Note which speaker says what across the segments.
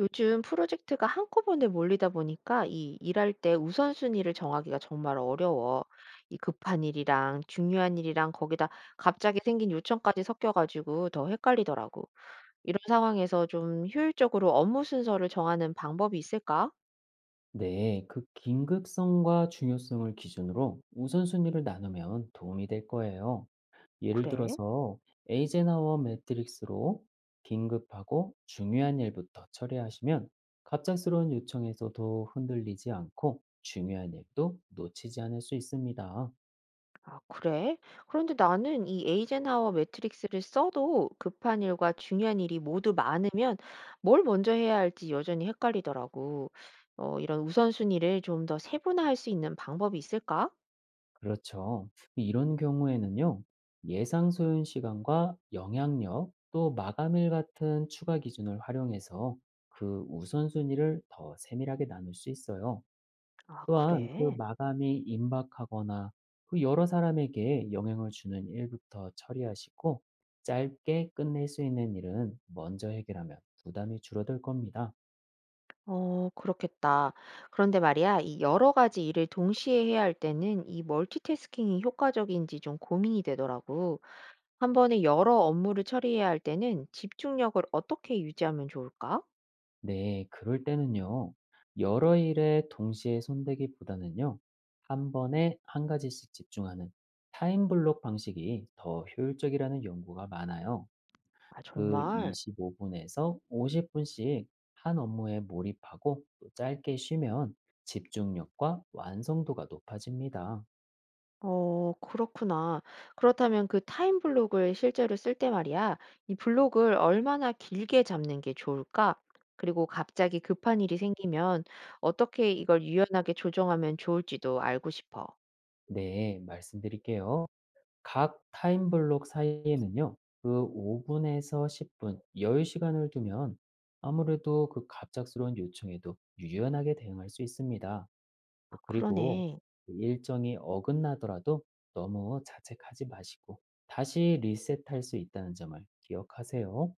Speaker 1: 요즘 프로젝트가 한꺼번에 몰리다 보니까 이 일할 때 우선순위를 정하기가 정말 어려워. 이 급한 일이랑 중요한 일이랑 거기다 갑자기 생긴 요청까지 섞여가지고 더 헷갈리더라고. 이런 상황에서 좀 효율적으로 업무 순서를 정하는 방법이 있을까?
Speaker 2: 네, 그 긴급성과 중요성을 기준으로 우선순위를 나누면 도움이 될 거예요. 예를
Speaker 1: 그래.
Speaker 2: 들어서 에이젠하워 매트릭스로 긴급하고 중요한 일부터 처리하시면 갑작스러운 요청에서도 흔들리지 않고 중요한 일도 놓치지 않을 수 있습니다.
Speaker 1: 아, 그래? 그런데 나는 이 에이젠하워 매트릭스를 써도 급한 일과 중요한 일이 모두 많으면 뭘 먼저 해야 할지 여전히 헷갈리더라고. 어, 이런 우선순위를 좀 더 세분화할 수 있는 방법이 있을까?
Speaker 2: 그렇죠. 이런 경우에는요, 예상 소요 시간과 영향력 또 마감일 같은 추가 기준을 활용해서 그 우선순위를 더 세밀하게 나눌 수 있어요.
Speaker 1: 아,
Speaker 2: 또한 그
Speaker 1: 그래?
Speaker 2: 마감이 임박하거나 그 여러 사람에게 영향을 주는 일부터 처리하시고 짧게 끝낼 수 있는 일은 먼저 해결하면 부담이 줄어들 겁니다.
Speaker 1: 어, 그렇겠다. 그런데 말이야, 이 여러 가지 일을 동시에 해야 할 때는 이 멀티태스킹이 효과적인지 좀 고민이 되더라고. 한 번에 여러 업무를 처리해야 할 때는 집중력을 어떻게 유지하면 좋을까?
Speaker 2: 네, 그럴 때는요. 여러 일에 동시에 손대기보다는요. 한 번에 한 가지씩 집중하는 타임블록 방식이 더 효율적이라는 연구가 많아요.
Speaker 1: 아,
Speaker 2: 그
Speaker 1: 정말.
Speaker 2: 25분에서 50분씩 한 업무에 몰입하고 또 짧게 쉬면 집중력과 완성도가 높아집니다.
Speaker 1: 어, 그렇구나. 그렇다면 그 타임 블록을 실제로 쓸 때 말이야, 이 블록을 얼마나 길게 잡는 게 좋을까? 그리고 갑자기 급한 일이 생기면 어떻게 이걸 유연하게 조정하면 좋을지도 알고 싶어.
Speaker 2: 네, 말씀드릴게요. 각 타임 블록 사이에는요. 그 5 분에서 10 분, 여유시간을 두면 아무래도 그 갑작스러운 요청에도 유연하게 대응할 수 있습니다. 또 그리고
Speaker 1: 그러네.
Speaker 2: 그 일정이 어긋나더라도 너무 자책하지 마시고 다시 리셋할 수 있다는 점을 기억하세요.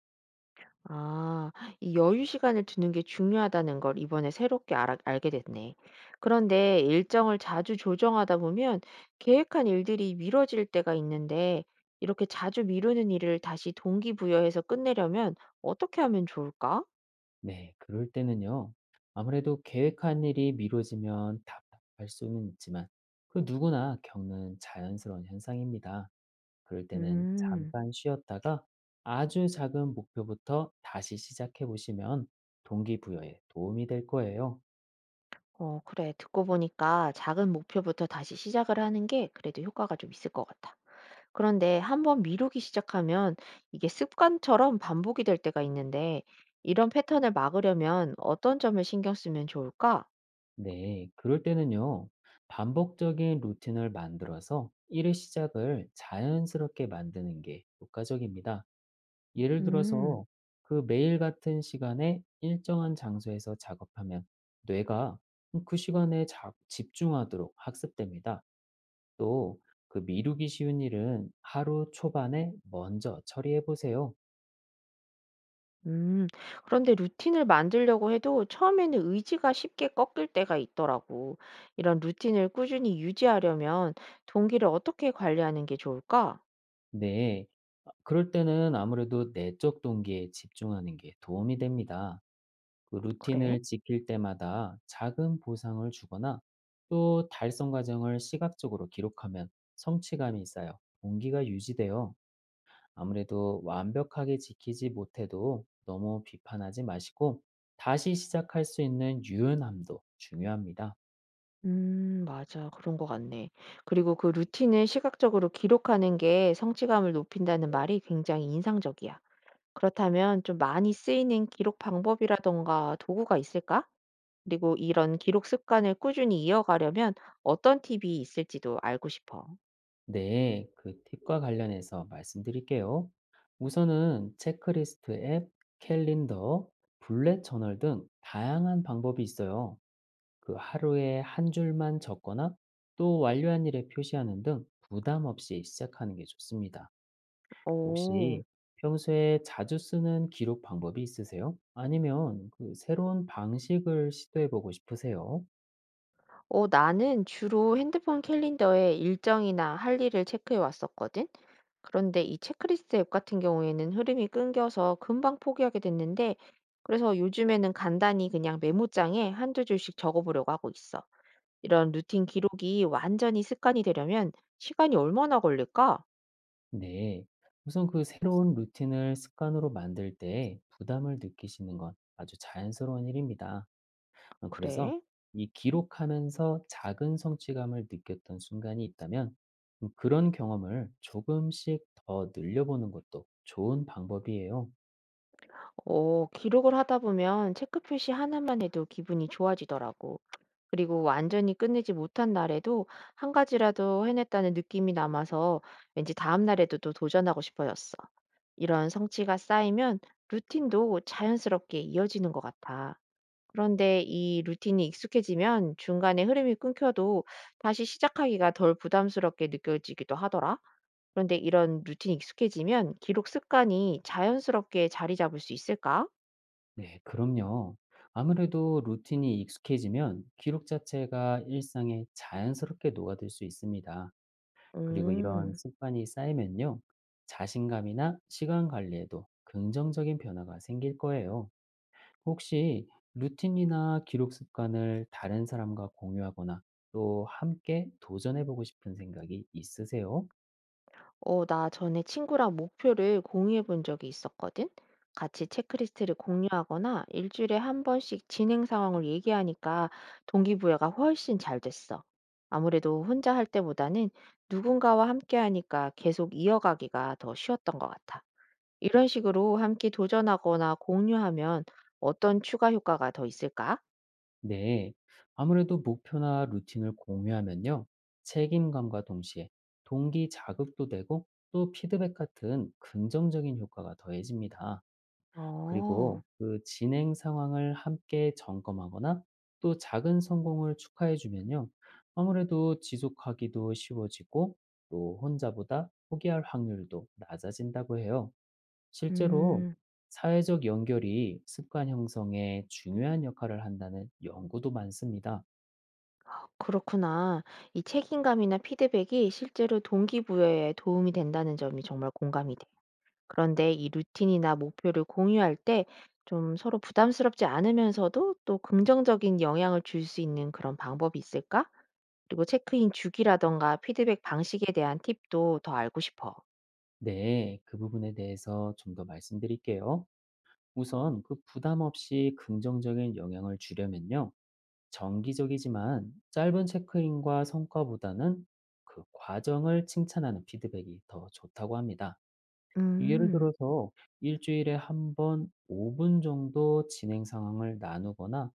Speaker 1: 아, 이 여유 시간을 두는 게 중요하다는 걸 이번에 새롭게 알게 됐네. 그런데 일정을 자주 조정하다 보면 계획한 일들이 미뤄질 때가 있는데 이렇게 자주 미루는 일을 다시 동기부여해서 끝내려면 어떻게 하면 좋을까?
Speaker 2: 네, 그럴 때는요. 아무래도 계획한 일이 미뤄지면 답답할 수는 있지만 그 누구나 겪는 자연스러운 현상입니다. 그럴 때는
Speaker 1: 음.
Speaker 2: 잠깐 쉬었다가 아주 작은 목표부터 다시 시작해 보시면 동기부여에 도움이 될 거예요.
Speaker 1: 어, 그래. 듣고 보니까 작은 목표부터 다시 시작을 하는 게 그래도 효과가 좀 있을 것 같아. 그런데 한번 미루기 시작하면 이게 습관처럼 반복이 될 때가 있는데 이런 패턴을 막으려면 어떤 점을 신경 쓰면 좋을까?
Speaker 2: 네, 그럴 때는요, 반복적인 루틴을 만들어서 일의 시작을 자연스럽게 만드는 게 효과적입니다. 예를
Speaker 1: 음.
Speaker 2: 들어서 그 매일 같은 시간에 일정한 장소에서 작업하면 뇌가 그 시간에 집중하도록 학습됩니다. 또 그 미루기 쉬운 일은 하루 초반에 먼저 처리해 보세요.
Speaker 1: 음. 그런데 루틴을 만들려고 해도 처음에는 의지가 쉽게 꺾일 때가 있더라고. 이런 루틴을 꾸준히 유지하려면 동기를 어떻게 관리하는 게 좋을까?
Speaker 2: 네. 아, 그럴 때는 아무래도 내적 동기에 집중하는 게 도움이 됩니다. 그
Speaker 1: 그래?
Speaker 2: 루틴을 지킬 때마다 작은 보상을 주거나 또 달성 과정을 시각적으로 기록하면 성취감이 있어요. 동기가 유지돼요. 아무래도 완벽하게 지키지 못해도 너무 비판하지 마시고 다시 시작할 수 있는 유연함도 중요합니다.
Speaker 1: 맞아. 그런 것 같네. 그리고 그 루틴을 시각적으로 기록하는 게 성취감을 높인다는 말이 굉장히 인상적이야. 그렇다면 좀 많이 쓰이는 기록 방법이라던가 도구가 있을까? 그리고 이런 기록 습관을 꾸준히 이어가려면 어떤 팁이 있을지도 알고 싶어.
Speaker 2: 네, 그 팁과 관련해서 말씀드릴게요. 우선은 체크리스트 앱, 캘린더, 블랙 저널 등 다양한 방법이 있어요. 그 하루에 한 줄만 적거나 또 완료한 일에 표시하는 등 부담 없이 시작하는 게 좋습니다.
Speaker 1: 오.
Speaker 2: 혹시 평소에 자주 쓰는 기록 방법이 있으세요? 아니면 그 새로운 방식을 시도해 보고 싶으세요?
Speaker 1: 어, 나는 주로 핸드폰 캘린더에 일정이나 할 일을 체크해 왔었거든. 그런데 이 체크리스트 앱 같은 경우에는 흐름이 끊겨서 금방 포기하게 됐는데, 그래서 요즘에는 간단히 그냥 메모장에 한두 줄씩 적어보려고 하고 있어. 이런 루틴 기록이 완전히 습관이 되려면 시간이 얼마나 걸릴까?
Speaker 2: 네. 우선 그 새로운 루틴을 습관으로 만들 때 부담을 느끼시는 건 아주 자연스러운 일입니다. 그래서
Speaker 1: 그래?
Speaker 2: 이 기록하면서 작은 성취감을 느꼈던 순간이 있다면 그런 경험을 조금씩 더 늘려보는 것도 좋은 방법이에요.
Speaker 1: 어, 기록을 하다 보면 체크 표시 하나만 해도 기분이 좋아지더라고. 그리고 완전히 끝내지 못한 날에도 한 가지라도 해냈다는 느낌이 남아서 왠지 다음 날에도 또 도전하고 싶어졌어. 이런 성취가 쌓이면 루틴도 자연스럽게 이어지는 것 같아. 그런데 이 루틴이 익숙해지면 중간에 흐름이 끊겨도 다시 시작하기가 덜 부담스럽게 느껴지기도 하더라. 그런데 이런 루틴이 익숙해지면 기록 습관이 자연스럽게 자리 잡을 수 있을까?
Speaker 2: 네, 그럼요. 아무래도 루틴이 익숙해지면 기록 자체가 일상에 자연스럽게 녹아들 수 있습니다. 그리고 이런
Speaker 1: 음.
Speaker 2: 습관이 쌓이면요. 자신감이나 시간 관리에도 긍정적인 변화가 생길 거예요. 혹시 루틴이나 기록 습관을 다른 사람과 공유하거나 또 함께 도전해보고 싶은 생각이 있으세요?
Speaker 1: 어, 나 전에 친구랑 목표를 공유해 본 적이 있었거든. 같이 체크리스트를 공유하거나 일주일에 한 번씩 진행 상황을 얘기하니까 동기부여가 훨씬 잘 됐어. 아무래도 혼자 할 때보다는 누군가와 함께 하니까 계속 이어가기가 더 쉬웠던 것 같아. 이런 식으로 함께 도전하거나 공유하면 어떤 추가 효과가 더 있을까?
Speaker 2: 네. 아무래도 목표나 루틴을 공유하면요. 책임감과 동시에 동기 자극도 되고 또 피드백 같은 긍정적인 효과가 더해집니다.
Speaker 1: 어.
Speaker 2: 그리고 그 진행 상황을 함께 점검하거나 또 작은 성공을 축하해 주면요. 아무래도 지속하기도 쉬워지고 또 혼자보다 포기할 확률도 낮아진다고 해요. 실제로
Speaker 1: 음.
Speaker 2: 사회적 연결이 습관 형성에 중요한 역할을 한다는 연구도 많습니다.
Speaker 1: 그렇구나. 이 책임감이나 피드백이 실제로 동기부여에 도움이 된다는 점이 정말 공감이 돼. 그런데 이 루틴이나 목표를 공유할 때 좀 서로 부담스럽지 않으면서도 또 긍정적인 영향을 줄 수 있는 그런 방법이 있을까? 그리고 체크인 주기라던가 피드백 방식에 대한 팁도 더 알고 싶어.
Speaker 2: 네, 그 부분에 대해서 좀 더 말씀드릴게요. 우선 그 부담 없이 긍정적인 영향을 주려면요. 정기적이지만 짧은 체크인과 성과보다는 그 과정을 칭찬하는 피드백이 더 좋다고 합니다. 예를
Speaker 1: 음.
Speaker 2: 들어서 일주일에 한 번 5분 정도 진행 상황을 나누거나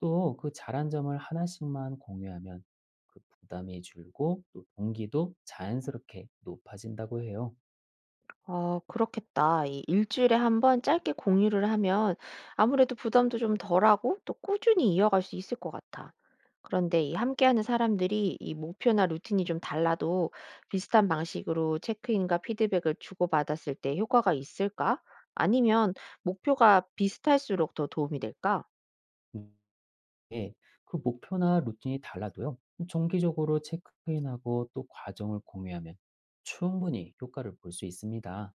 Speaker 2: 또 그 잘한 점을 하나씩만 공유하면 그 부담이 줄고 또 동기도 자연스럽게 높아진다고 해요.
Speaker 1: 어, 그렇겠다. 이 일주일에 한 번 짧게 공유를 하면 아무래도 부담도 좀 덜하고 또 꾸준히 이어갈 수 있을 것 같아. 그런데 이 함께하는 사람들이 이 목표나 루틴이 좀 달라도 비슷한 방식으로 체크인과 피드백을 주고받았을 때 효과가 있을까? 아니면 목표가 비슷할수록 더 도움이 될까?
Speaker 2: 예, 그 목표나 루틴이 달라도요. 정기적으로 체크인하고 또 과정을 공유하면 충분히 효과를 볼 수 있습니다.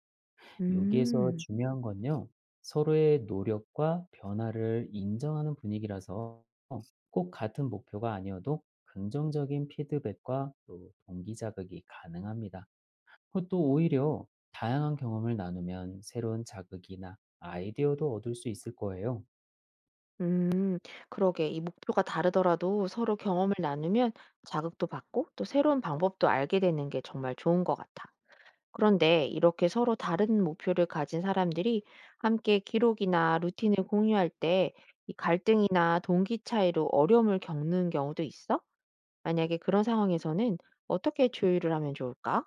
Speaker 2: 여기에서
Speaker 1: 음.
Speaker 2: 중요한 건요. 서로의 노력과 변화를 인정하는 분위기라서 꼭 같은 목표가 아니어도 긍정적인 피드백과 또 동기 자극이 가능합니다. 그리고 또 오히려 다양한 경험을 나누면 새로운 자극이나 아이디어도 얻을 수 있을 거예요.
Speaker 1: 음. 그러게. 이 목표가 다르더라도 서로 경험을 나누면 자극도 받고 또 새로운 방법도 알게 되는 게 정말 좋은 것 같아. 그런데 이렇게 서로 다른 목표를 가진 사람들이 함께 기록이나 루틴을 공유할 때 이 갈등이나 동기 차이로 어려움을 겪는 경우도 있어? 만약에 그런 상황에서는 어떻게 조율을 하면 좋을까?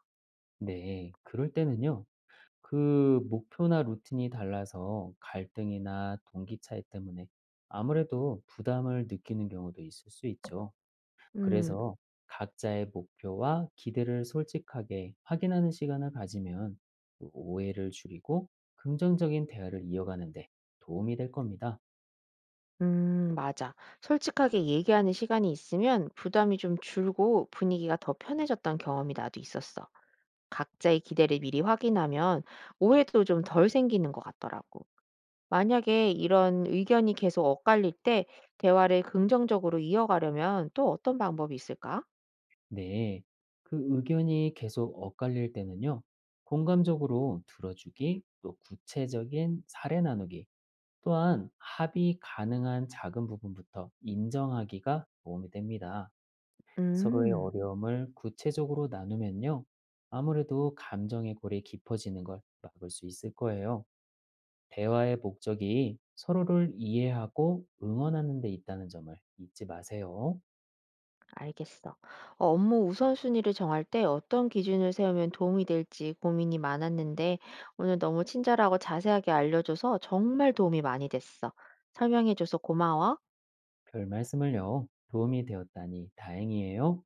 Speaker 2: 네, 그럴 때는요. 그 목표나 루틴이 달라서 갈등이나 동기 차이 때문에 아무래도 부담을 느끼는 경우도 있을 수 있죠.
Speaker 1: 음.
Speaker 2: 그래서 각자의 목표와 기대를 솔직하게 확인하는 시간을 가지면 오해를 줄이고 긍정적인 대화를 이어가는데 도움이 될 겁니다.
Speaker 1: 맞아. 솔직하게 얘기하는 시간이 있으면 부담이 좀 줄고 분위기가 더 편해졌던 경험이 나도 있었어. 각자의 기대를 미리 확인하면 오해도 좀 덜 생기는 것 같더라고. 만약에 이런 의견이 계속 엇갈릴 때 대화를 긍정적으로 이어가려면 또 어떤 방법이 있을까?
Speaker 2: 네. 그 의견이 계속 엇갈릴 때는요. 공감적으로 들어주기, 또 구체적인 사례 나누기, 또한 합의 가능한 작은 부분부터 인정하기가 도움이 됩니다. 서로의
Speaker 1: 음.
Speaker 2: 어려움을 구체적으로 나누면요. 아무래도 감정의 골이 깊어지는 걸 막을 수 있을 거예요. 대화의 목적이 서로를 이해하고 응원하는 데 있다는 점을 잊지 마세요.
Speaker 1: 알겠어. 어, 업무 우선순위를 정할 때 어떤 기준을 세우면 도움이 될지 고민이 많았는데 오늘 너무 친절하고 자세하게 알려줘서 정말 도움이 많이 됐어. 설명해줘서 고마워.
Speaker 2: 별 말씀을요. 도움이 되었다니 다행이에요.